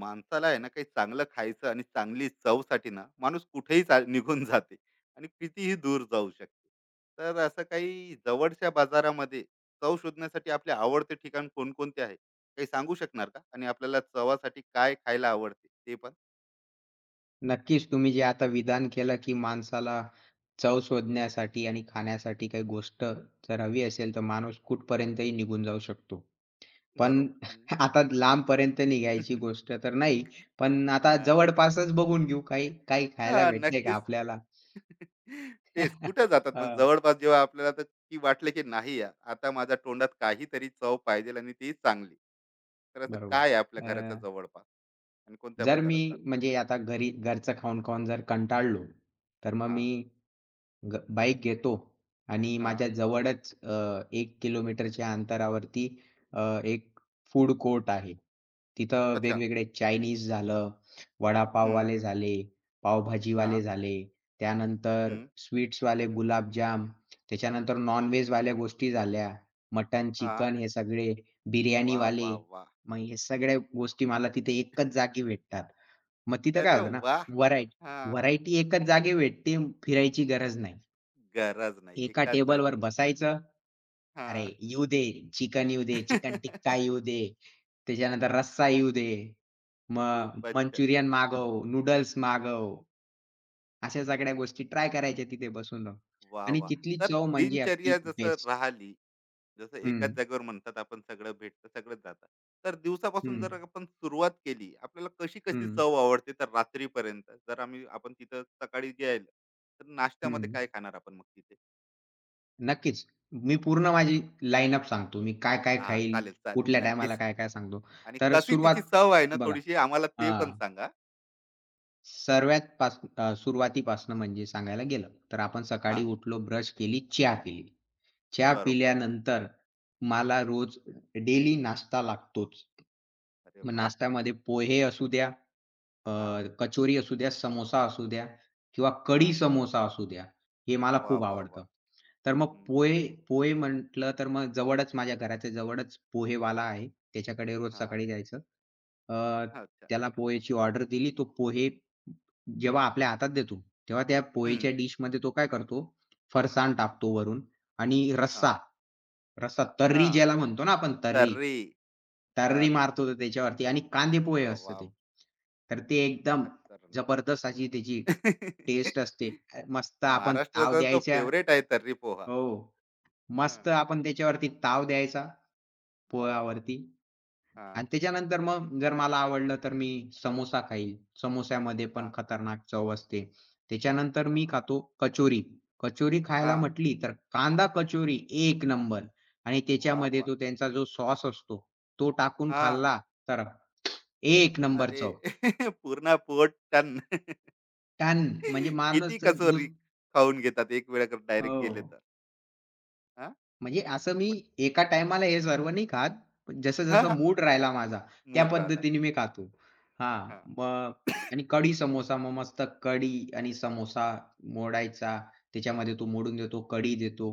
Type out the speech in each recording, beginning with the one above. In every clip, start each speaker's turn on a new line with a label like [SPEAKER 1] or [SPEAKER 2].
[SPEAKER 1] माणसाला आहे ना काही चांगलं खायचं आणि चांगली चवसाठी ना माणूस कुठेही निघून जाते आणि कितीही दूर जाऊ शकते. तर असं काही जवळच्या बाजारामध्ये चव शोधण्यासाठी आपले आवडते ठिकाण कोणकोणते आहे काही सांगू शकणार का? आणि आपल्याला चवासाठी काय खायला आवडते ते पण.
[SPEAKER 2] नक्कीच, तुम्ही जे आता विधान केलं, की माणसाला चव शोधण्यासाठी आणि खाण्यासाठी काही गोष्ट जर हवी असेल, तर माणूस कुठपर्यंतही निघून जाऊ शकतो. पण
[SPEAKER 1] बरोबर. हम्म.
[SPEAKER 2] आता लांबपर्यंत निघायची गोष्ट तर नाही, पण आता
[SPEAKER 1] हा.
[SPEAKER 2] जवळपासच बघून घेऊ काही काही खायला
[SPEAKER 1] हां,
[SPEAKER 2] भेटते का
[SPEAKER 1] नक्कीच.
[SPEAKER 2] आपल्याला?
[SPEAKER 1] तेच कुठे जातात मग
[SPEAKER 2] हां,
[SPEAKER 1] जवळपास जेव्हा आपल्याला तर की वाटलं की नाही यार, आता माझ्या तोंडात काहीतरी चव पाहिजे आणि ती चांगली. तर असं
[SPEAKER 2] बरोबर.
[SPEAKER 1] काय आहे आपल्या घराच्या
[SPEAKER 2] अ,
[SPEAKER 1] जवळपास आणि कोणत्या
[SPEAKER 2] जर मी
[SPEAKER 1] बाजारात जातात?
[SPEAKER 2] म्हणजे आता घरी घरचं खाऊन-खाऊन जर कंटाळलो, तर मग
[SPEAKER 1] हां,
[SPEAKER 2] मी बाईक घेतो आणि
[SPEAKER 1] हां.
[SPEAKER 2] माझ्या जवळच 1 किलोमीटरच्या अंतरावरती एक फूड कोर्ट आहे. तिथं
[SPEAKER 1] अच्छा.
[SPEAKER 2] वेगवेगळे चायनीज झालं,
[SPEAKER 1] हं,
[SPEAKER 2] वडापाववाले झाले, पावभाजीवाले
[SPEAKER 1] हां,
[SPEAKER 2] झाले, त्यानंतर
[SPEAKER 1] हं,
[SPEAKER 2] स्वीट्सवाले गुलाबजाम, त्याच्यानंतर नॉन-व्हेजवाल्या गोष्टी झाल्या, मटण,
[SPEAKER 1] हां.
[SPEAKER 2] चिकन हे सगळे,
[SPEAKER 1] वाह!
[SPEAKER 2] बिर्याणीवाले.
[SPEAKER 1] वाह! वाह!
[SPEAKER 2] मग हे सगळ्या गोष्टी मला तिथे एकच जागी भेटतात. मग तिथं काय
[SPEAKER 1] अरे
[SPEAKER 2] होतं ना,
[SPEAKER 1] वाह!
[SPEAKER 2] व्हरायटी
[SPEAKER 1] हां,
[SPEAKER 2] व्हरायटी एकच जागी भेटते, फिरायची गरज नाही.
[SPEAKER 1] गरज नाही
[SPEAKER 2] एका
[SPEAKER 1] एकाच
[SPEAKER 2] टेबलवर
[SPEAKER 1] जागेवर.
[SPEAKER 2] बसायचं. अरे
[SPEAKER 1] हां.
[SPEAKER 2] येऊ दे, चिकन येऊ दे, चिकन टिक्का येऊ दे. त्याच्यानंतर रस्सा येऊ दे. मग
[SPEAKER 1] खूपच छान.
[SPEAKER 2] मंचुरियन मागव, नूडल्स मागव. अशा सगळ्या गोष्टी ट्राय करायच्या तिथे बसून राहून.
[SPEAKER 1] वाह!
[SPEAKER 2] आणि
[SPEAKER 1] वाह!
[SPEAKER 2] तिथली
[SPEAKER 1] तर
[SPEAKER 2] चव म्हणजे अगदी
[SPEAKER 1] दिनचर्या जसं
[SPEAKER 2] बेस्ट.
[SPEAKER 1] राहिली, जसं
[SPEAKER 2] हं,
[SPEAKER 1] एकाच जागेवर म्हणतात आपण सगळं भेटतं सगळंच जातं. तर दिवसापासून
[SPEAKER 2] हं,
[SPEAKER 1] जर आपण सुरुवात केली आपल्याला कशी कशी
[SPEAKER 2] हं,
[SPEAKER 1] चव आवडते तर रात्रीपर्यंत जर आपण तिथं सकाळी गेलं तर नाश्त्यामध्ये
[SPEAKER 2] हं.
[SPEAKER 1] काय खाणार आपण मग तिथे?
[SPEAKER 2] नक्कीच. मी पूर्ण माझी लाईनअप सांगतो. मी काय-काय
[SPEAKER 1] हा,
[SPEAKER 2] खाईल,
[SPEAKER 1] चालेल चालेल,
[SPEAKER 2] कुठल्या टायमाला
[SPEAKER 1] नक्कीच.
[SPEAKER 2] काय-काय सांगतो.
[SPEAKER 1] आणि
[SPEAKER 2] तर
[SPEAKER 1] कशी तिची
[SPEAKER 2] सुरुवात
[SPEAKER 1] चव आहे ना
[SPEAKER 2] बघा.
[SPEAKER 1] थोडीशी आम्हाला ते पण सांगा.
[SPEAKER 2] सुरुवातीपासून म्हणजे सांगायला गेलं, तर आपण
[SPEAKER 1] हा.
[SPEAKER 2] सकाळी उठलो, ब्रश केली, चहा पिली. चहा
[SPEAKER 1] बरोबर.
[SPEAKER 2] पिल्यानंतर मला रोज डेली नाश्ता लागतोच.
[SPEAKER 1] अरे
[SPEAKER 2] मग
[SPEAKER 1] वा.
[SPEAKER 2] नाश्त्यामध्ये पोहे असू द्या, अ,
[SPEAKER 1] हा.
[SPEAKER 2] कचोरी असू द्या, समोसा असू द्या किंवा
[SPEAKER 1] हा.
[SPEAKER 2] कढी समोसा असू द्या, हे मला
[SPEAKER 1] वा
[SPEAKER 2] खूप
[SPEAKER 1] वा वा.
[SPEAKER 2] आवडतं. तर मग
[SPEAKER 1] हम्म,
[SPEAKER 2] पोहे पोहे म्हटलं तर मग जवळच माझ्या घराच्या जवळच पोहेवाला आहे. त्याच्याकडे रोज
[SPEAKER 1] हा.
[SPEAKER 2] सकाळी जायचं. अ,
[SPEAKER 1] अच्छा.
[SPEAKER 2] त्याला पोहेची ऑर्डर दिली. तो पोहे जेव्हा आपल्या हातात देतो, तेव्हा त्या
[SPEAKER 1] हम्म.
[SPEAKER 2] पोहेच्या डिशमध्ये तो काय करतो, फरसाण टाकतो वरून आणि
[SPEAKER 1] हा.
[SPEAKER 2] रस्सा रस्सा
[SPEAKER 1] हा.
[SPEAKER 2] तर्री ज्याला म्हणतो ना आपण, तर्री.
[SPEAKER 1] तर्री.
[SPEAKER 2] तर्री
[SPEAKER 1] बस.
[SPEAKER 2] मारतो तो त्याच्यावरती आणि कांदे पोहे
[SPEAKER 1] वा
[SPEAKER 2] असतं
[SPEAKER 1] वा.
[SPEAKER 2] ते. तर ते एकदम जबरदस्त अशी त्याची
[SPEAKER 1] खतरनाक.
[SPEAKER 2] टेस्ट असते. मस्त आपण ताव
[SPEAKER 1] महाराष्ट्राचा जो
[SPEAKER 2] द्यायच्या.
[SPEAKER 1] फेवरेट आहे तर्री पोहा.
[SPEAKER 2] हो.
[SPEAKER 1] हम्म,
[SPEAKER 2] मस्त आपण त्याच्यावरती ताव द्यायचा
[SPEAKER 1] वा वा.
[SPEAKER 2] पोळ्यावरती.
[SPEAKER 1] हा.
[SPEAKER 2] आणि त्याच्यानंतर मग जर मला आवडलं तर मी समोसा खाईल. समोस्यामध्ये
[SPEAKER 1] हा.
[SPEAKER 2] पण खतरनाक चव असते. त्याच्यानंतर
[SPEAKER 1] वा.
[SPEAKER 2] मी खातो कचोरी. कचोरी
[SPEAKER 1] हा.
[SPEAKER 2] खायला म्हटली तर कांदा कचोरी एक नंबर, आणि
[SPEAKER 1] वा
[SPEAKER 2] त्याच्यामध्ये
[SPEAKER 1] वा.
[SPEAKER 2] तो त्यांचा जो सॉस असतो, तो टाकून
[SPEAKER 1] हा.
[SPEAKER 2] खाल्ला तर एक नंबर
[SPEAKER 1] अरे.
[SPEAKER 2] चव.
[SPEAKER 1] पूर्ण पोट टन.
[SPEAKER 2] टन म्हणजे
[SPEAKER 1] किती
[SPEAKER 2] माणूस तर दुस
[SPEAKER 1] कसोरी खाऊन घेतात एक वेळा डायरेक्ट गेले
[SPEAKER 2] हो.
[SPEAKER 1] तर? हा.
[SPEAKER 2] म्हणजे असं मी
[SPEAKER 1] मग.
[SPEAKER 2] एका टाईमाला हे सर्व नाही खात. जसं-जसं मूड राहिला माझा, त्या
[SPEAKER 1] मूड राहिला.
[SPEAKER 2] पद्धतीने मी खातो. हां,
[SPEAKER 1] हा.
[SPEAKER 2] मग आणि कढी समोसा, मग मस्त कढी आणि समोसा मोडायचा. त्याच्यामध्ये तो मोडून देतो, कढी देतो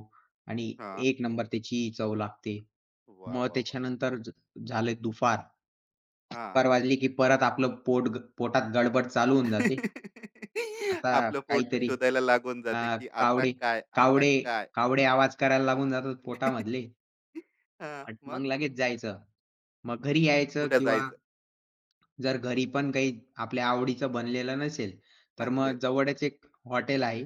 [SPEAKER 2] आणि
[SPEAKER 1] हा.
[SPEAKER 2] एक नंबर त्याची चव लागते.
[SPEAKER 1] वा
[SPEAKER 2] मग
[SPEAKER 1] वा वा.
[SPEAKER 2] त्याच्यानंतर झाले दुपार.
[SPEAKER 1] हा.
[SPEAKER 2] दुपार वाजली की परत आपलं पोटात गडबड चालू होऊन जाते. आता
[SPEAKER 1] आपलं पोट
[SPEAKER 2] काहीतरी,
[SPEAKER 1] शोधायला लागून
[SPEAKER 2] अ,
[SPEAKER 1] जाते की आता
[SPEAKER 2] कावडे,
[SPEAKER 1] काय, आता
[SPEAKER 2] कावडे,
[SPEAKER 1] काय.
[SPEAKER 2] कावडे आवाज करायला लागून जातात पोटामधले.
[SPEAKER 1] हा.
[SPEAKER 2] पट
[SPEAKER 1] मग
[SPEAKER 2] मग लगेच जायचं. मग घरी यायचं
[SPEAKER 1] कुठे
[SPEAKER 2] किंवा
[SPEAKER 1] जायचं
[SPEAKER 2] जर घरी पण काही आपल्या आवडीचं बनलेलं नसेल, तर मग
[SPEAKER 1] नसेल?
[SPEAKER 2] जवळच एक हॉटेल आहे.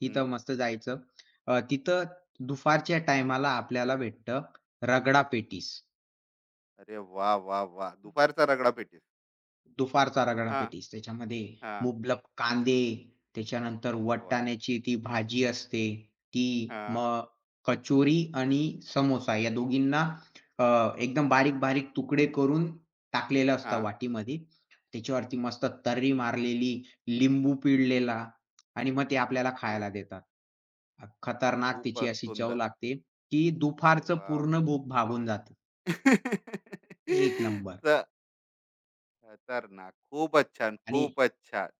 [SPEAKER 2] तिथं मस्त जायचं. तिथं दुपारच्या टायमाला आपल्याला भेटतं रगडा पेटीस.
[SPEAKER 1] अरे वा वा वा. दुपारचा रगडा पेटीस.
[SPEAKER 2] दुपारचा रगडा
[SPEAKER 1] हा.
[SPEAKER 2] पेटीस, त्याच्यामध्ये
[SPEAKER 1] हा.
[SPEAKER 2] मुबलक कांदे, त्याच्यानंतर
[SPEAKER 1] वा.
[SPEAKER 2] वाटाण्याची ती भाजी असते, ती
[SPEAKER 1] हा.
[SPEAKER 2] मग कचोरी आणि समोसा या दोघींना अ, एकदम बारीक-बारीक तुकडे करून टाकलेलं
[SPEAKER 1] हा.
[SPEAKER 2] असतं वाटीमध्ये. त्याच्यावरती मस्त तर्री मारलेली, लिंबू पिळलेला आणि मग ते आपल्याला
[SPEAKER 1] अरे.
[SPEAKER 2] खायला देतात. खतरनाक तिची
[SPEAKER 1] खूपच
[SPEAKER 2] अशी चव
[SPEAKER 1] सुंदर.
[SPEAKER 2] लागते, की
[SPEAKER 1] अरे
[SPEAKER 2] दुपारचं
[SPEAKER 1] वा.
[SPEAKER 2] पूर्ण भूक भागून जाते. एक नंबर.
[SPEAKER 1] च- तर ना, खूपच छान,
[SPEAKER 2] आणि
[SPEAKER 1] खूपच छान.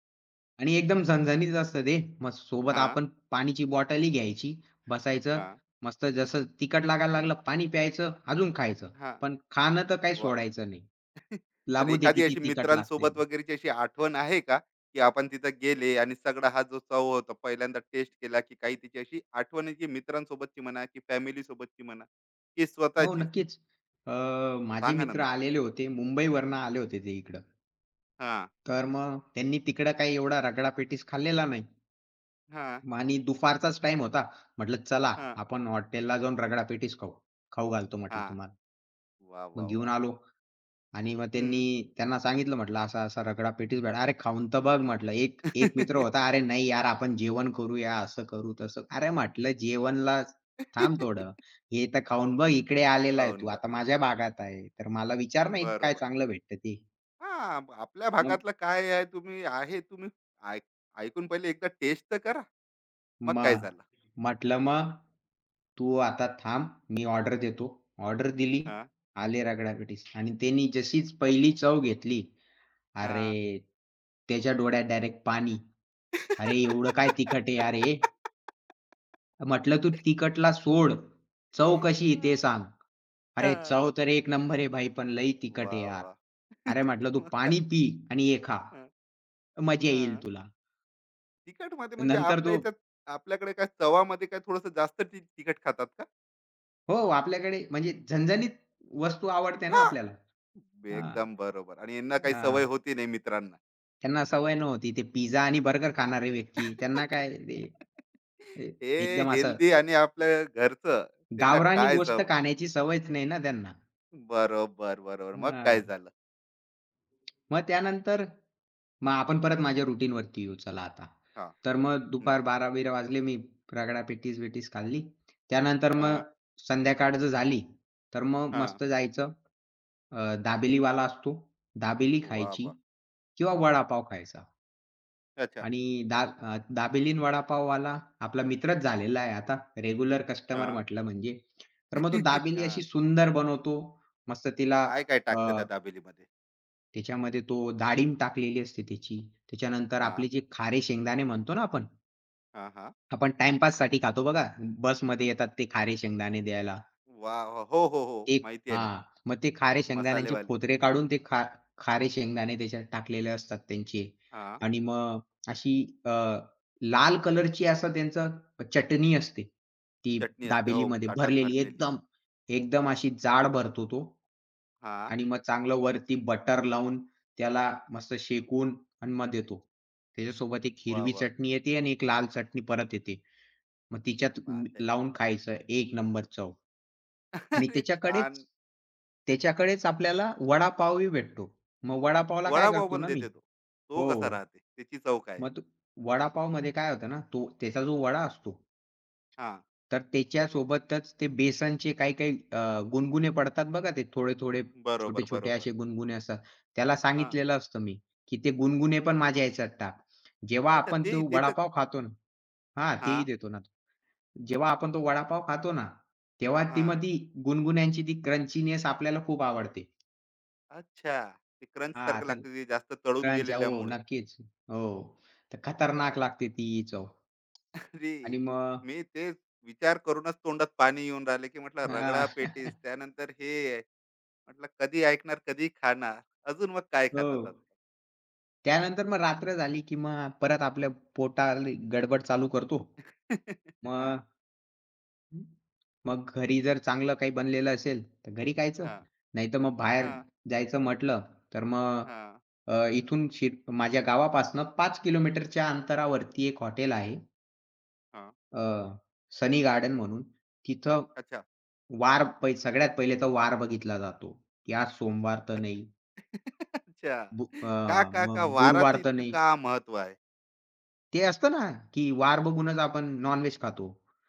[SPEAKER 2] आणि एकदम झणझणीत असतं ते. मग सोबत
[SPEAKER 1] हा.
[SPEAKER 2] आपण पाण्याची बॉटलही घ्यायची, बसायचं.
[SPEAKER 1] हा.
[SPEAKER 2] मस्त जसं तिखट लागायला लागलं पाणी प्यायचं, अजून खायचं.
[SPEAKER 1] हा.
[SPEAKER 2] पण खाणं तर काही
[SPEAKER 1] वा.
[SPEAKER 2] सोडायचं नाही.
[SPEAKER 1] तर
[SPEAKER 2] लागू दे
[SPEAKER 1] एखादी अशी
[SPEAKER 2] किती तिखट लागतंय.
[SPEAKER 1] मित्रांसोबत वगैरेची अशी आठवण आहे का, की आपण तिथं गेले आणि सगळा हा जो चव होता पहिल्यांदा टेस्ट केला? की काही तिची अशी आठवण आहे, की मित्रांसोबतची म्हणा, की फॅमिली सोबतची म्हणा, की
[SPEAKER 2] हो,
[SPEAKER 1] स्वतःचीच?
[SPEAKER 2] नक्कीच. अ, माझे
[SPEAKER 1] सांगा ना
[SPEAKER 2] मित्र
[SPEAKER 1] नक्की.
[SPEAKER 2] आलेले होते. मुंबईवरून आले होते ते इकडं.
[SPEAKER 1] हा.
[SPEAKER 2] तर मग त्यांनी तिकडं काही एवढा रगडा-पेटीस खाल्लेला नाही.
[SPEAKER 1] हां,
[SPEAKER 2] मग आणि दुपारचाच टाईम होता. म्हटलं, "चला,
[SPEAKER 1] हां,
[SPEAKER 2] आपण हॉटेलला जाऊन रगडा-पेटीस खाऊ. खाऊ घालतो," म्हटलं,
[SPEAKER 1] हां.
[SPEAKER 2] "तुम्हाला."
[SPEAKER 1] वाह,
[SPEAKER 2] मग
[SPEAKER 1] वाह,
[SPEAKER 2] घेऊन
[SPEAKER 1] वाह!
[SPEAKER 2] आलो. आणि मग त्यांनी
[SPEAKER 1] हं.
[SPEAKER 2] त्यांना सांगितलं, म्हटलं, "असा-असा रगडा पेटीस भेट." "अरे खाऊन तर बघ," म्हटलं. एक एक मित्र होता, "अरे नाही यार, आपण जेवण करूया, असं करू, तसं." "अरे," म्हटलं, "जेवणला थांब थोडं. हे तर खाऊन बघ, इकडे आलेला आहे तू,
[SPEAKER 1] खाऊन बघ.
[SPEAKER 2] आता माझ्या भागात आहे, तर मला विचार ना काय
[SPEAKER 1] बरोबर.
[SPEAKER 2] चांगलं भेटतं ते."
[SPEAKER 1] हां, आपल्या
[SPEAKER 2] मग
[SPEAKER 1] भागातलं काय आहे तुम्ही आहे तुम्ही ऐक ऐकून पहिले एकदा टेस्ट तर करा. मग काय
[SPEAKER 2] मग
[SPEAKER 1] झालं?
[SPEAKER 2] म्हटलं, "मग तू आता थांब, मी ऑर्डर देतो." ऑर्डर दिली,
[SPEAKER 1] हां,
[SPEAKER 2] आले रगडा पेटीस आणि त्यांनी जशीच पहिली चव घेतली, अरे!
[SPEAKER 1] हां.
[SPEAKER 2] त्याच्या डोळ्यात डायरेक्ट पाणी. अरे, एवढं काय तिखट आहे? अरे, म्हटलं तू तिखटला सोड, चव कशी आहे ते सांग.
[SPEAKER 1] हं,
[SPEAKER 2] अरे,
[SPEAKER 1] हां.
[SPEAKER 2] चव तर एक नंबर आहे भाई, पण लई तिखट आहे
[SPEAKER 1] वाह,
[SPEAKER 2] यार.
[SPEAKER 1] वाह!
[SPEAKER 2] अरे, म्हटलं तू
[SPEAKER 1] मग काय?
[SPEAKER 2] पाणी पी आणि हे खा.
[SPEAKER 1] हं,
[SPEAKER 2] मजा येईल
[SPEAKER 1] हां.
[SPEAKER 2] तुला.
[SPEAKER 1] तिखटमध्ये म्हणजे
[SPEAKER 2] नंतर
[SPEAKER 1] आपल्या
[SPEAKER 2] तो
[SPEAKER 1] ह्याच्यात आपल्याकडे काय चवामध्ये काय थोडंसं जास्त ती तिखट खातात.
[SPEAKER 2] हो, आपल्याकडे म्हणजे झणझणीत वस्तू आवडते ना
[SPEAKER 1] हां.
[SPEAKER 2] आपल्याला. हां,
[SPEAKER 1] एकदम बरोबर, आणि यांना काही
[SPEAKER 2] हां.
[SPEAKER 1] सवय होती नाही मित्रांना.
[SPEAKER 2] त्यांना सवय नव्हती. ते पिझ्झा आणि बर्गर खाणारे व्यक्ती, त्यांना काय ते, ते
[SPEAKER 1] हे
[SPEAKER 2] एकदम असं
[SPEAKER 1] हेल्दी आणि आपलं घरचं. त्यांना
[SPEAKER 2] गावरानी
[SPEAKER 1] काय
[SPEAKER 2] गोष्ट
[SPEAKER 1] जम.
[SPEAKER 2] खाण्याची सवयच नाही ना त्यांना.
[SPEAKER 1] बरोबर, बरोबर. मग काय
[SPEAKER 2] हां.
[SPEAKER 1] झालं?
[SPEAKER 2] मग त्यानंतर मग आपण परत माझ्या रुटीनवरती येऊ चला आता.
[SPEAKER 1] हां,
[SPEAKER 2] तर मग दुपार
[SPEAKER 1] नक्की.
[SPEAKER 2] 12-12 वाजले मी रगडा पेटीस-वेटीस खाल्ली. त्यानंतर मग
[SPEAKER 1] हां,
[SPEAKER 2] संध्याकाळ जर झाली, तर मग
[SPEAKER 1] हां.
[SPEAKER 2] मस्त जायचं. दाबेलीवाला असतो, दाबेली
[SPEAKER 1] वाह,
[SPEAKER 2] खायची
[SPEAKER 1] वाह!
[SPEAKER 2] किंवा
[SPEAKER 1] हां.
[SPEAKER 2] वडापाव खायचा.
[SPEAKER 1] अच्छा.
[SPEAKER 2] आणि दाबेली आणि वडापाववाला आपला मित्रच झालेला आहे आता, रेग्युलर कस्टमर
[SPEAKER 1] हां.
[SPEAKER 2] म्हटलं म्हणजे. तर मग तो दाबेली
[SPEAKER 1] हां.
[SPEAKER 2] अशी सुंदर बनवतो. मस्त तिला
[SPEAKER 1] काय-काय
[SPEAKER 2] अ
[SPEAKER 1] टाकतं त्या दाबेलीमध्ये?
[SPEAKER 2] त्याच्यामध्ये तो डाळिंब टाकलेली असते त्याची. त्याच्यानंतर
[SPEAKER 1] हां,
[SPEAKER 2] आपले जे खारे शेंगदाणे म्हणतो ना आपण,
[SPEAKER 1] हां, हां.
[SPEAKER 2] आपण टाईमपाससाठी खातो बघा. बसमध्ये येतात ते खारे शेंगदाणे द्यायला.
[SPEAKER 1] वाह! वाह! हो, हो, हो.
[SPEAKER 2] एक
[SPEAKER 1] माहिती आहे ना
[SPEAKER 2] हां.
[SPEAKER 1] ते.
[SPEAKER 2] मग ते खारे शेंगदाण्यांचे
[SPEAKER 1] मसालेवाले.
[SPEAKER 2] फोतरे काढून ते खा खारे शेंगदाणे त्याच्यात टाकलेले असतात त्यांचे.
[SPEAKER 1] हां.
[SPEAKER 2] आणि मग अशी, अ, लाल कलरची असं त्यांचं चटणी असते. ती
[SPEAKER 1] चटणी असते हो,
[SPEAKER 2] दाबेलीमध्ये
[SPEAKER 1] ताटात
[SPEAKER 2] भरलेली
[SPEAKER 1] भरलेली.
[SPEAKER 2] एकदम, एकदम अशी जाड भरतो तो.
[SPEAKER 1] हां.
[SPEAKER 2] आणि मग चांगलं वरती बटर लावून त्याला मस्त शेकून आणि मग देतो. त्याच्यासोबत एक
[SPEAKER 1] वाह,
[SPEAKER 2] हिरवी
[SPEAKER 1] वाह!
[SPEAKER 2] चटणी येते आणि एक लाल चटणी परत येते. मग
[SPEAKER 1] क्या
[SPEAKER 2] तिच्यात म
[SPEAKER 1] बात है!
[SPEAKER 2] लावून खायचं. एक नंबर चव. आणि
[SPEAKER 1] अरे
[SPEAKER 2] त्याच्याकडेच
[SPEAKER 1] छान!
[SPEAKER 2] त्याच्याकडेच आपल्याला वडापावही भेटतो. मग वडापावला काय
[SPEAKER 1] वडापाव
[SPEAKER 2] करतो
[SPEAKER 1] पण
[SPEAKER 2] ना मी.
[SPEAKER 1] देते तो. तो
[SPEAKER 2] हो.
[SPEAKER 1] कसा
[SPEAKER 2] हो.
[SPEAKER 1] राहते, त्याची चव काय आहे?
[SPEAKER 2] मग तो वडापावमध्ये काय होतं ना, तो त्याचा जो वडा असतो,
[SPEAKER 1] हां.
[SPEAKER 2] तर त्याच्यासोबतच ते बेसनचे काही काही, गुणगुणे पडतात बघा ते थोडे-थोडे,
[SPEAKER 1] बरोबर,
[SPEAKER 2] छोटे-छोटे
[SPEAKER 1] बरोबर.
[SPEAKER 2] असे गुणगुणे असतात. त्याला
[SPEAKER 1] हां.
[SPEAKER 2] सांगितलेलं असतं मी, की ते गुणगुणे पण माझ्या ह्याच्यात टाक. जेव्हा
[SPEAKER 1] अच्छा,
[SPEAKER 2] आपण
[SPEAKER 1] ते
[SPEAKER 2] तो
[SPEAKER 1] त्याचं.
[SPEAKER 2] वडापाव खातो ना, हां, तेही
[SPEAKER 1] हां,
[SPEAKER 2] देतो ना. जेव्हा आपण तो वडापाव खातो ना, तेव्हा ती, मग
[SPEAKER 1] हां.
[SPEAKER 2] ती गुणगुण्यांची ती क्रंचीनेस आपल्याला खूप आवडते.
[SPEAKER 1] अच्छा. ते क्रंच
[SPEAKER 2] हां,
[SPEAKER 1] सारखं
[SPEAKER 2] तर
[SPEAKER 1] लागतं ते, जास्त तळून
[SPEAKER 2] क्रंच, हो,
[SPEAKER 1] गेलेल्यामुळे.
[SPEAKER 2] नक्कीच. हो, तर
[SPEAKER 1] वाह,
[SPEAKER 2] खतरनाक
[SPEAKER 1] वाह!
[SPEAKER 2] लागते ती चव.
[SPEAKER 1] अरे.
[SPEAKER 2] आणि मग
[SPEAKER 1] मी ते विचार करूनच तोंडात पाणी येऊन राहिले, की म्हटलं रगडा
[SPEAKER 2] हां,
[SPEAKER 1] पेटीस, त्यानंतर हे. म्हटलं कधी ऐकणार, कधी खाणार. अजून मग काय
[SPEAKER 2] हो.
[SPEAKER 1] खातात आता?
[SPEAKER 2] त्यानंतर मग रात्र झाली, की मग परत आपल्या पोटाला गडबड चालू करतो.
[SPEAKER 1] हां,
[SPEAKER 2] मग मग घरी जर चांगलं काही बनलेलं असेल, तर घरी खायचं.
[SPEAKER 1] हां,
[SPEAKER 2] नाहीतर मग बाहेर
[SPEAKER 1] हां,
[SPEAKER 2] जायचं म्हटलं, तर मग,
[SPEAKER 1] हां,
[SPEAKER 2] अ, इथून शिर माझ्या गावापासनं 5 किलोमीटरच्या अंतरावरती एक हॉटेल आहे.
[SPEAKER 1] हां.
[SPEAKER 2] अ, सनी गार्डन म्हणून. तिथं
[SPEAKER 1] अच्छा.
[SPEAKER 2] वार पै सगळ्यात पहिले तर वार बघितला जातो, की आज सोमवार तर
[SPEAKER 1] अच्छा.
[SPEAKER 2] नाही,
[SPEAKER 1] अच्छा.
[SPEAKER 2] बु अ,
[SPEAKER 1] का, का, का
[SPEAKER 2] मग
[SPEAKER 1] वाराचं
[SPEAKER 2] गुरुवार तर
[SPEAKER 1] इतकं
[SPEAKER 2] नाही.
[SPEAKER 1] का महत्व आहे?
[SPEAKER 2] ते असतं ना, की वार बघूनच आपण नॉन-व्हेज खातो.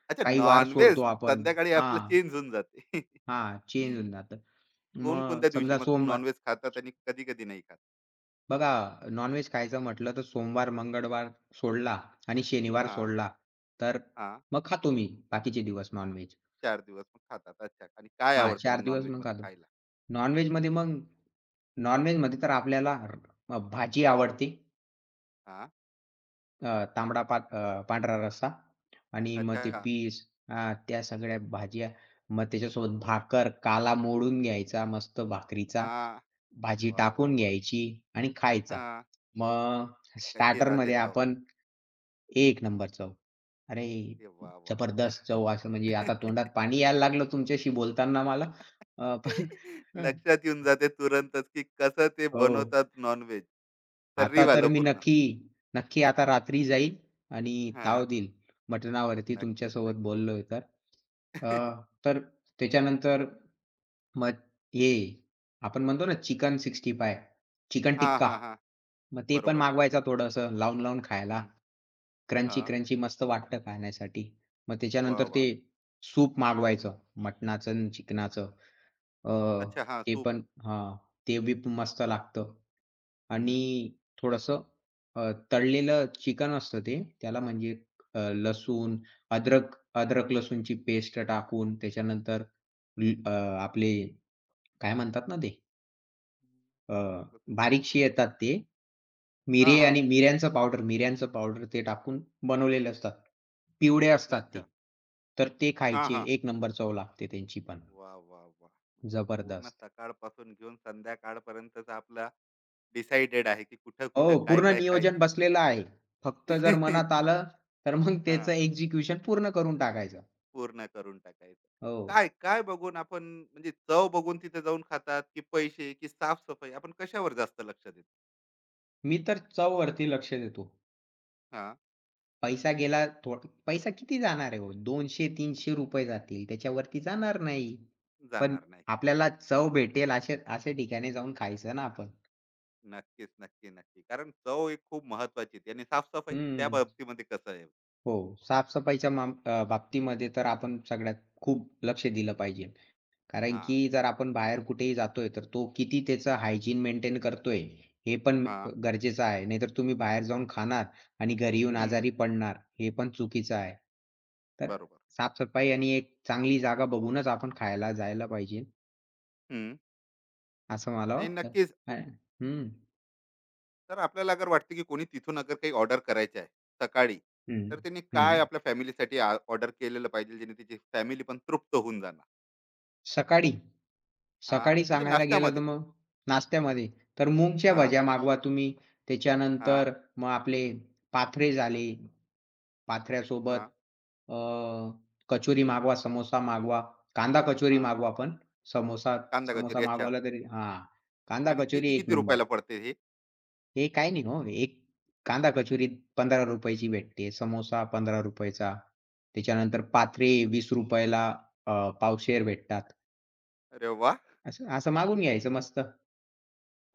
[SPEAKER 1] अच्छा,
[SPEAKER 2] काही वार
[SPEAKER 1] नॉन-व्हेज
[SPEAKER 2] सोडतो आपण.
[SPEAKER 1] संध्याकाळी आपलं
[SPEAKER 2] हां,
[SPEAKER 1] चेंज होऊन जाते.
[SPEAKER 2] हां, चेंज होऊन जातं. मग
[SPEAKER 1] कोणकोणत्या दिवशी
[SPEAKER 2] समजा
[SPEAKER 1] मग
[SPEAKER 2] सोमवार
[SPEAKER 1] नॉन-व्हेज खातात आणि कधी-कधी नाही खात?
[SPEAKER 2] बघा, नॉन-व्हेज खायचं म्हटलं तर सोमवार, मंगळवार सोडला आणि शनिवार
[SPEAKER 1] हां,
[SPEAKER 2] सोडला, तर
[SPEAKER 1] हां.
[SPEAKER 2] मग खातो मी बाकीचे दिवस नॉन-व्हेज.
[SPEAKER 1] 4 दिवस मग खातात. अच्छा, आणि काय
[SPEAKER 2] हां,
[SPEAKER 1] आवडते मग
[SPEAKER 2] 4 दिवस मग
[SPEAKER 1] नॉन-व्हेजमध्ये
[SPEAKER 2] खातो.
[SPEAKER 1] खायला?
[SPEAKER 2] नॉन-व्हेजमध्ये मग नॉन-व्हेजमध्ये तर आपल्याला, भाजी आवडते.
[SPEAKER 1] हां.
[SPEAKER 2] अ, तांबडा पा अ, पांढरा रस्सा आणि मग ते
[SPEAKER 1] अच्छा.
[SPEAKER 2] पीस, हां, त्या सगळ्या भाज्या. मग त्याच्यासोबत
[SPEAKER 1] वाह!
[SPEAKER 2] भाकर, काला मोडून घ्यायचा मस्त भाकरीचा,
[SPEAKER 1] हां.
[SPEAKER 2] भाजी
[SPEAKER 1] वाह, वाह,
[SPEAKER 2] टाकून
[SPEAKER 1] वाह!
[SPEAKER 2] घ्यायची आणि खायचा.
[SPEAKER 1] हां.
[SPEAKER 2] मग
[SPEAKER 1] कशी राहते
[SPEAKER 2] स्टार्टरमध्ये
[SPEAKER 1] चव?
[SPEAKER 2] आपण एक नंबर चव. अरे,
[SPEAKER 1] ए वा, वाह,
[SPEAKER 2] जबरदस्त
[SPEAKER 1] वाह!
[SPEAKER 2] चव असं म्हणजे आता तोंडात पाणी यायला लागलं तुमच्याशी बोलताना मला. पण हं,
[SPEAKER 1] लक्षात येऊन जाते तुरंतच की कसं ते
[SPEAKER 2] हो.
[SPEAKER 1] बनवतात नॉन.
[SPEAKER 2] आता
[SPEAKER 1] तर्रीवालं
[SPEAKER 2] तर मी
[SPEAKER 1] पूर्ण.
[SPEAKER 2] नक्की, नक्की आता रात्री जाईल आणि ताव
[SPEAKER 1] हां.
[SPEAKER 2] देईल मटणावरती
[SPEAKER 1] नक्कीच,
[SPEAKER 2] तुमच्यासोबत
[SPEAKER 1] नक्की.
[SPEAKER 2] बोललोय तर. अ, तर त्याच्यानंतर मग हे आपण म्हणतो ना, चिकन 65, चिकन
[SPEAKER 1] हां,
[SPEAKER 2] टिक्का.
[SPEAKER 1] हां, हां.
[SPEAKER 2] मग ते पण
[SPEAKER 1] बरोबर.
[SPEAKER 2] मागवायचा थोडंसं लावून-लावून खायला.
[SPEAKER 1] हं. हां.
[SPEAKER 2] क्रंची-क्रंची मस्त वाटतं खाण्यासाठी. मग
[SPEAKER 1] वाह!
[SPEAKER 2] त्याच्यानंतर
[SPEAKER 1] वाह!
[SPEAKER 2] ते सूप मागवायचं मटणाचं आणि चिकनाचं. अ,
[SPEAKER 1] अच्छा हां,
[SPEAKER 2] ते
[SPEAKER 1] सूप.
[SPEAKER 2] पण हां, ते बी मस्त लागतं.
[SPEAKER 1] हं.
[SPEAKER 2] आणि थोडंसं, अ, तळलेलं चिकन असतं ते. त्याला म्हणजे, लसूण, अद्रक अद्रक लसूणची पेस्ट टाकून त्याच्यानंतर, ल अ, आपले काय म्हणतात ना ते, अ,
[SPEAKER 1] अद्रक लसूणची पेस्ट,
[SPEAKER 2] बारीकशी
[SPEAKER 1] अजून काय?
[SPEAKER 2] येतात ते. मिरी
[SPEAKER 1] हां, हां.
[SPEAKER 2] आणि मिऱ्यांचं पावडर ते टाकून बनवलेले असतात. पिवळे असतात ते.
[SPEAKER 1] अच्छा.
[SPEAKER 2] तर ते
[SPEAKER 1] हां,
[SPEAKER 2] खायचे.
[SPEAKER 1] हां.
[SPEAKER 2] एक नंबर चव लागते त्यांची पण.
[SPEAKER 1] वाह! वाह! वाह! म्हणजे पूर्ण
[SPEAKER 2] जबरदस्त.
[SPEAKER 1] सकाळपासून घेऊन संध्याकाळपर्यंतचा आपला डिसाइडेड आहे, की
[SPEAKER 2] हो,
[SPEAKER 1] कुठं-कुठं,
[SPEAKER 2] पूर्ण
[SPEAKER 1] काय-काय खायचं.
[SPEAKER 2] नियोजन बसलेलं आहे. फक्त जर मनात आलं, तर मग त्याचं
[SPEAKER 1] हां.
[SPEAKER 2] एक्झिक्युशन पूर्ण करून टाकायचं.
[SPEAKER 1] पूर्ण करून टाकायचं.
[SPEAKER 2] हो.
[SPEAKER 1] काय-काय बघून आपण, म्हणजे चव बघून तिथे जाऊन खातात, की पैसे, की साफ? आपण कशावर जास्त लक्ष देतो?
[SPEAKER 2] मी तर चववरती लक्ष देतो.
[SPEAKER 1] हां.
[SPEAKER 2] पैसा गेला, थो पैसा किती जाणार आहे हो? ₹200-300 जातील. त्याच्यावरती जाणार नाही. पण
[SPEAKER 1] जाणार नाही.
[SPEAKER 2] आपल्याला चव भेटेल अशा अशा ठिकाणी जाऊन खायचं ना आपण.
[SPEAKER 1] नक्कीच, नक्की, नक्की. कारण चव एक खूप महत्त्वाची आहे. आणि साफ-सफाई त्या
[SPEAKER 2] हं.
[SPEAKER 1] बाबतीमध्ये कसं आहे?
[SPEAKER 2] हो. साफ बाबतीमध्ये तर आपण सगळ्यात खूप लक्ष दिलं पाहिजे. कारण की
[SPEAKER 1] हां,
[SPEAKER 2] जर आपण बाहेर कुठेही जातोय, तर तो किती त्याचं हायजीन मेंटेन करतोय, हे पण
[SPEAKER 1] हां.
[SPEAKER 2] गरजेचं आहे. नाहीतर तुम्ही बाहेर जाऊन खाणार आणि घरी येऊन
[SPEAKER 1] हं.
[SPEAKER 2] आजारी पडणार, हे पण चुकीचं आहे. तर
[SPEAKER 1] बरोबर.
[SPEAKER 2] साफ-सफाई आणि एक चांगली जागा बघूनच आपण खायला जायला पाहिजे,
[SPEAKER 1] हं.
[SPEAKER 2] असं मला
[SPEAKER 1] नाही,
[SPEAKER 2] वाटतं.
[SPEAKER 1] नक्कीच.
[SPEAKER 2] अ हं,
[SPEAKER 1] तर आपल्याला अगर वाटतं की कोणी तिथून अगर काही ऑर्डर करायची आहे सकाळी,
[SPEAKER 2] हं,
[SPEAKER 1] तर त्यांनी काय
[SPEAKER 2] हं.
[SPEAKER 1] आपल्या फॅमिलीसाठी आ ऑर्डर केलेलं पाहिजे जेणे त्याची फॅमिली पण तृप्त होऊन जाणार?
[SPEAKER 2] सकाळी,
[SPEAKER 1] हां,
[SPEAKER 2] सकाळी
[SPEAKER 1] म्हणजे
[SPEAKER 2] सांगायला गेलं तर
[SPEAKER 1] नाश्त्यामध्ये.
[SPEAKER 2] मग नाश्त्यामध्ये तर मूंगच्या
[SPEAKER 1] हां,
[SPEAKER 2] भज्या मागवा तुम्ही.
[SPEAKER 1] हां,
[SPEAKER 2] त्याच्यानंतर मग आपले पाथरे झाले, पाथऱ्यासोबत,
[SPEAKER 1] हां,
[SPEAKER 2] अ, कचोरी मागवा, समोसा मागवा, कांदा कचोरी
[SPEAKER 1] हां.
[SPEAKER 2] मागवा पण. समोसा
[SPEAKER 1] कांदा
[SPEAKER 2] समोसा
[SPEAKER 1] कचोरी, अच्छा.
[SPEAKER 2] मागवला तरी हां, कांदा
[SPEAKER 1] आणि किती,
[SPEAKER 2] कचोरी 1
[SPEAKER 1] किती
[SPEAKER 2] नंबर.
[SPEAKER 1] रुपयाला पडते हे?
[SPEAKER 2] हे काही नाही हो, एक कांदा कचोरी ₹15 ची भेटते, समोसा ₹15 चा. त्याच्यानंतर पाथरे ₹20 ला, पावशेर भेटतात.
[SPEAKER 1] अरे वाह!
[SPEAKER 2] असं असं मागून घ्यायचं मस्त.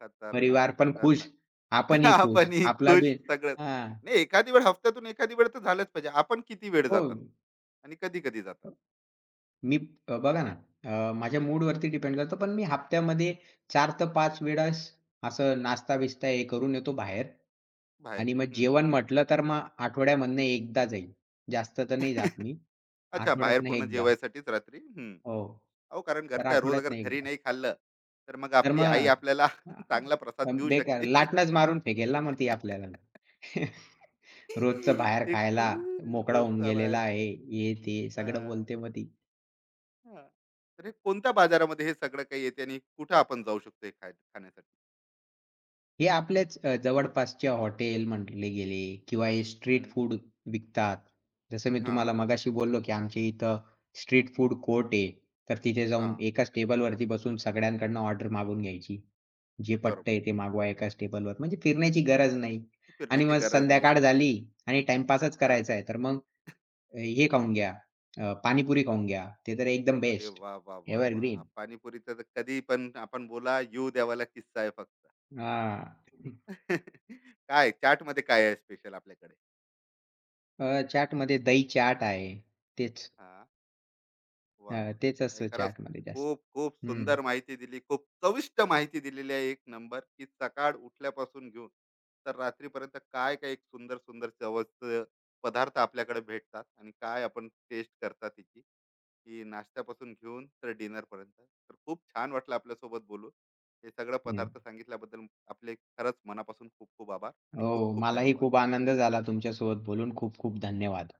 [SPEAKER 1] खतरनाक,
[SPEAKER 2] परिवार पण खुश,
[SPEAKER 1] खतरनाक.
[SPEAKER 2] आपणही खुश.
[SPEAKER 1] आपणही
[SPEAKER 2] आपला बी
[SPEAKER 1] खुश, सगळंच.
[SPEAKER 2] हां.
[SPEAKER 1] नाही, एखादी वेळ हफ्त्यातून एखादी वेळ तर झालंच पाहिजे. आपण किती वेळ
[SPEAKER 2] हो.
[SPEAKER 1] जातात आणि कधी-कधी जातात
[SPEAKER 2] मी बघा ना, माझ्या मूडवरती डिपेंड करतं, पण मी हप्त्यामध्ये 4 ते 5 वेळेस असं नाश्ता-बिस्ता हे करून येतो बाहेर
[SPEAKER 1] बाहेर?
[SPEAKER 2] आणि मग
[SPEAKER 1] हं.
[SPEAKER 2] जेवण म्हटलं तर मग आठवड्यामधनं एकदा जाईल. जास्त तर नाही जात मी.
[SPEAKER 1] अच्छा, बाहेर
[SPEAKER 2] आठवड्यातनं
[SPEAKER 1] पूर्ण
[SPEAKER 2] एकदा.
[SPEAKER 1] जेवायसाठीच रात्री? हं.
[SPEAKER 2] हो.
[SPEAKER 1] अहो कारण
[SPEAKER 2] तर
[SPEAKER 1] घरचं आहे. रोज अगर
[SPEAKER 2] आठवड्यातनं
[SPEAKER 1] घरी
[SPEAKER 2] एकदा.
[SPEAKER 1] नाही खाल्लं, तर मग
[SPEAKER 2] तर
[SPEAKER 1] आपली आई
[SPEAKER 2] मग,
[SPEAKER 1] आपल्याला चांगला प्रसाद देऊ
[SPEAKER 2] बेकार
[SPEAKER 1] शकते.
[SPEAKER 2] लाटणंच मारून फेकेल ना मग ती आपल्याला. रोजचं बाहेर
[SPEAKER 1] ते
[SPEAKER 2] खायला,
[SPEAKER 1] खूप
[SPEAKER 2] मोकळा होऊन
[SPEAKER 1] रोजचा बाहेर.
[SPEAKER 2] गेलेला आहे, हे ते सगळं
[SPEAKER 1] हां,
[SPEAKER 2] बोलते मग ती.
[SPEAKER 1] हां. तर हे कोणत्या बाजारामध्ये हे सगळं काही येते आणि कुठं आपण जाऊ शकतो हे खाण्यासाठी?
[SPEAKER 2] हे आपल्याच, जवळपासच्या हॉटेल म्हटले गेले किंवा हे स्ट्रीट
[SPEAKER 1] हं.
[SPEAKER 2] फूड विकतात. जसं मी
[SPEAKER 1] हां,
[SPEAKER 2] तुम्हाला मगाशी बोललो, की आमच्या इथं स्ट्रीट फूड कोर्ट आहे. तर तिथे जाऊन
[SPEAKER 1] हां.
[SPEAKER 2] एकाच टेबलवरती बसून सगळ्यांकडनं ऑर्डर मागवून घ्यायची. जे
[SPEAKER 1] बरोबर.
[SPEAKER 2] पटतंय ते मागवा एकाच टेबलवर. म्हणजे फिरण्याची गरज नाही. आणि
[SPEAKER 1] फिरण्याची
[SPEAKER 2] मग
[SPEAKER 1] गरज नाही.
[SPEAKER 2] संध्याकाळ झाली आणि टाईमपासच
[SPEAKER 1] हां.
[SPEAKER 2] करायचा आहे, तर मग, हे खाऊन घ्या, पाणीपुरी खाऊन घ्या. ते तर एकदम
[SPEAKER 1] अरे
[SPEAKER 2] बेस्ट,
[SPEAKER 1] वा वा वा वा!
[SPEAKER 2] एव्हरग्रीन.
[SPEAKER 1] पाणीपुरीचा तर कधी पण आपण बोला, येऊ द्यावाला किस्सा आहे फक्त.
[SPEAKER 2] हां.
[SPEAKER 1] काय चाट मध्ये काय आहे स्पेशल आपल्याकडे?
[SPEAKER 2] अ, चाटमध्ये दही चाट आहे. तेच
[SPEAKER 1] हा. वा वा.
[SPEAKER 2] तेच
[SPEAKER 1] नाही,
[SPEAKER 2] असतं
[SPEAKER 1] खरंच
[SPEAKER 2] चॅटमध्ये जास्त.
[SPEAKER 1] खूप खूप
[SPEAKER 2] हं,
[SPEAKER 1] सुंदर माहिती दिली, खूप चविष्ट माहिती दिलेली आहे, एक नंबर. की सकाळ उठल्यापासून घेऊन तर रात्रीपर्यंत काय काय एक सुंदर सुंदर चवस्त पदार्थ आपल्याकडे भेटतात, आणि काय आपण टेस्ट करतात तिची, की नाश्त्यापासून घेऊन तर dinner पर्यंत. तर खूप छान वाटलं आपल्यासोबत बोलून, हे सगळं
[SPEAKER 2] हं.
[SPEAKER 1] पदार्थ सांगितल्याबद्दल. आपले खरंच मनापासून खूप खूप आभार आणि
[SPEAKER 2] हो,
[SPEAKER 1] खूप खूप
[SPEAKER 2] मलाही खूप
[SPEAKER 1] धन्यवाद.
[SPEAKER 2] आनंद झाला तुमच्यासोबत बोलून. खूप खूप धन्यवाद.